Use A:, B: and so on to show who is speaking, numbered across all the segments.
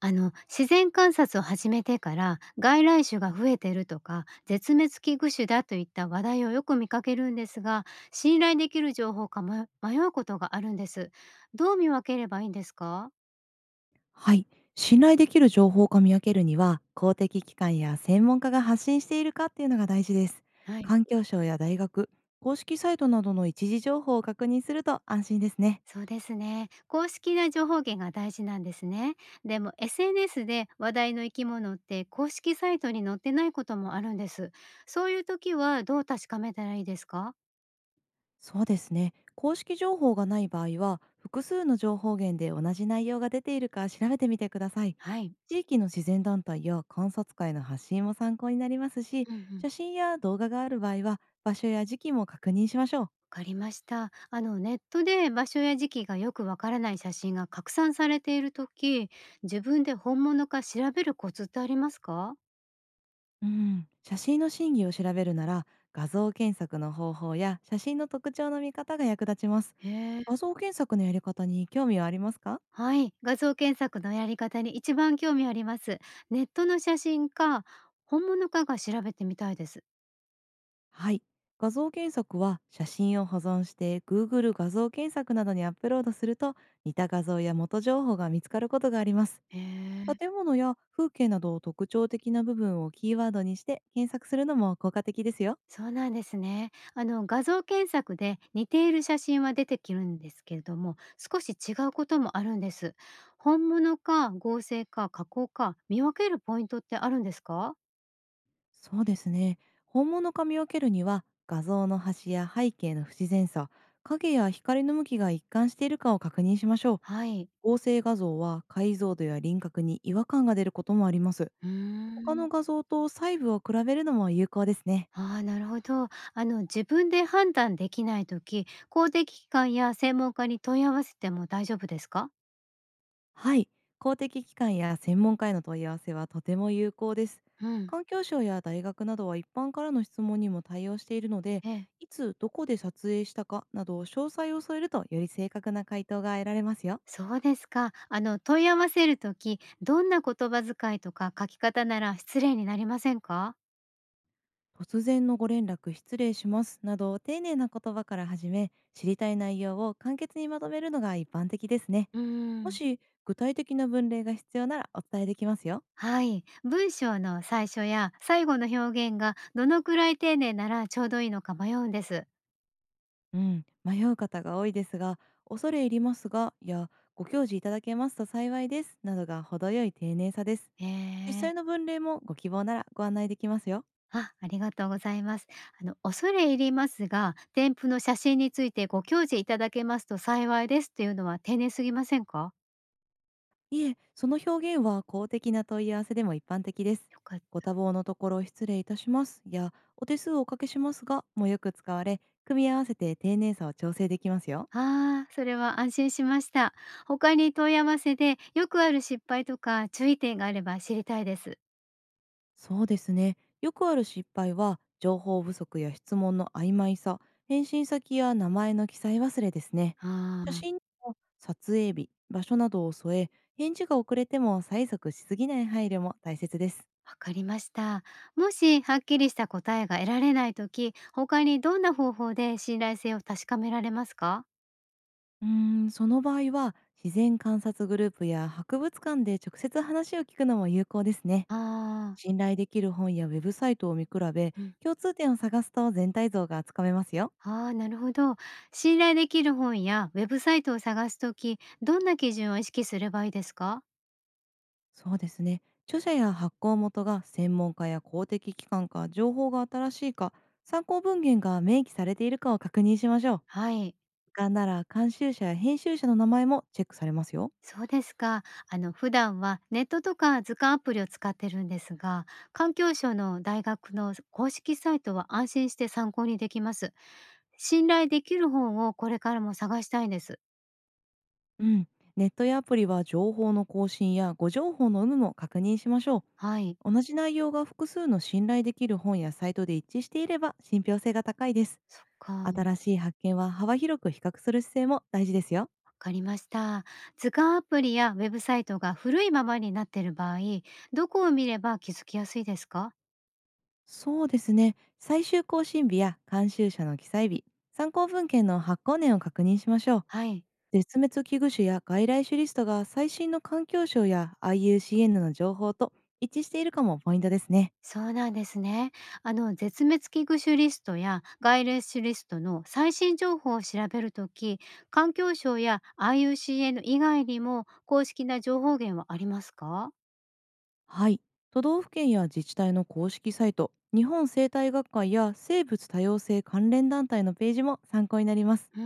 A: 自然観察を始めてから、外来種が増えてるとか絶滅危惧種だといった話題をよく見かけるんですが、信頼できる情報か迷うことがあるんです。どう見分ければいいんですか？
B: はい。信頼できる情報か見分けるには、公的機関や専門家が発信しているかっていうのが大事です。
A: はい。
B: 環境省や大学、公式サイトなどの一時情報を確認すると安心ですね。
A: そうですね、公式な情報源が大事なんですね。でも SNS で話題の生き物って、公式サイトに載ってないこともあるんです。そういう時はどう確かめたらいいですか？
B: そうですね。公式情報がない場合は、複数の情報源で同じ内容が出ているか調べてみてください。
A: はい。
B: 地域の自然団体や観察会の発信も参考になりますし、
A: うんうん。
B: 写真や動画がある場合は、場所や時期も確認しましょう。
A: わかりました。ネットで場所や時期がよくわからない写真が拡散されている時、自分で本物か調べるコツってありますか？
B: うん、写真の真偽を調べるなら画像検索の方法や写真の特徴の見方が役立ちます。
A: へえ。
B: 画像検索のやり方に興味はありますか？
A: はい、画像検索のやり方に一番興味あります。ネットの写真か本物かが調べてみたいです。
B: はい。画像検索は写真を保存して Google 画像検索などにアップロードすると、似た画像や元情報が見つかることがあります。
A: へえ。
B: 建物や風景など特徴的な部分をキーワードにして検索するのも効果的ですよ。
A: そうなんですね。画像検索で似ている写真は出てくるんですけれども、少し違うこともあるんです。本物か合成か加工か見分けるポイントってあるんですか？
B: そうですね。本物か見分けるには画像の端や背景の不自然さ、影や光の向きが一貫しているかを確認しましょう。
A: はい。
B: 合成画像は解像度や輪郭に違和感が出ることもあります。
A: うー
B: 他の
A: ん。
B: 画像と細部を比べるのも有効ですね。
A: ああ、なるほど。自分で判断できないとき、公的機関や専門家に問い合わせても大丈夫ですか？
B: はい、公的機関や専門家への問い合わせはとても有効です。
A: うん。
B: 環境省や大学などは一般からの質問にも対応しているので、
A: ええ、
B: いつどこで撮影したかなど詳細を添えると、より正確な回答が得られますよ。
A: そうですか。問い合わせるとき、どんな言葉遣いとか書き方なら失礼になりませんか？
B: 突然のご連絡失礼しますなど丁寧な言葉から始め、知りたい内容を簡潔にまとめるのが一般的ですね。
A: うー
B: も
A: ん。
B: し具体的な文例が必要なら、お伝えできますよ。
A: はい。文章の最初や最後の表現がどのくらい丁寧ならちょうどいいのか迷うんです。
B: うん、迷う方が多いですが、恐れ入りますが、いや、ご教示いただけますと幸いです、などが程よい丁寧さです。
A: へ
B: 実際
A: え。
B: の文例もご希望ならご案内できますよ。
A: あ、ありがとうございます。恐れ入りますが、添付の写真についてご教示いただけますと幸いです、というのは丁寧すぎませんか？
B: いえ、その表現は公的な問い合わせでも一般的です。
A: よかっ
B: ご
A: た。
B: 多忙のところ失礼いたします、や、お手数をおかけしますが、もよく使われ、組み合わせて丁寧さを調整できますよ。
A: ああ、それは安心しました。他に問い合わせでよくある失敗とか注意点があれば知りたいです。
B: そうですね。よくある失敗は、情報不足や質問の曖昧さ、返信先や名前の記載忘れですね。
A: あ
B: 写真
A: あ。
B: にも撮影日、場所などを添え、返事が遅れても催促しすぎない配慮も大切です。
A: わかりました。もしはっきりした答えが得られないとき、他にどんな方法で信頼性を確かめられますか？
B: うーん、その場合は、自然観察グループや博物館で直接話を聞くのも有効ですね。
A: ああ
B: 信頼できる本やウェブサイトを見比べ、
A: ー、うん。
B: 共通点を探すと全体像がつかめますよ。
A: ああ、なるほど。信頼できる本やウェブサイトを探すとき、どんな基準を意識すればいいですか？
B: そうですね。著者や発行元が専門家や公的機関か、情報が新しいか、参考文献が明記されているかを確認しましょう。
A: はい。
B: 図鑑なら監修者や編集者の名前もチェックされますよ。
A: そうですか。普段はネットとか図鑑アプリを使ってるんですが、環境省の大学の公式サイトは安心して参考にできます。信頼できる本をこれからも探したいです。
B: うん。ネットやアプリは情報の更新や誤情報の有無も確認しましょ
A: はい。
B: う。同じ内容が複数の信頼できる本やサイトで一致していれば、信憑性が高いです。
A: そっか、わ
B: 新しい発見は幅広く比較する姿勢も大事ですよ。
A: かりました。図鑑アプリやウェブサイトが古いままになっている場合、どこを見れば気づきやすいですか？
B: そうですね。最終更新日や監修者の記載日、参考文献の発行年を確認しましょう。
A: はい。
B: 絶滅危惧種や外来種リストが最新の環境省や IUCN の情報と一致しているかもポイントですね。
A: そうなんですね。絶滅危惧種リストや外来種リストの最新情報を調べるとき、環境省や IUCN 以外にも公式な情報源はありますか？
B: はい。都道府県や自治体の公式サイト、日本生態学会や生物多様性関連団体のページも参考になります。
A: うー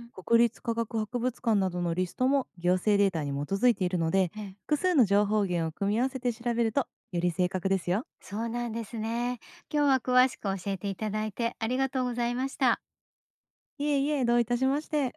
A: ん。
B: 国立科学博物館などのリストも行政データに基づいているので、
A: ええ、
B: 複数の情報源を組み合わせて調べるとより正確ですよ。
A: そうなんですね。今日は詳しく教えていただいてありがとうございました。
B: いえいえ、どういたしまして。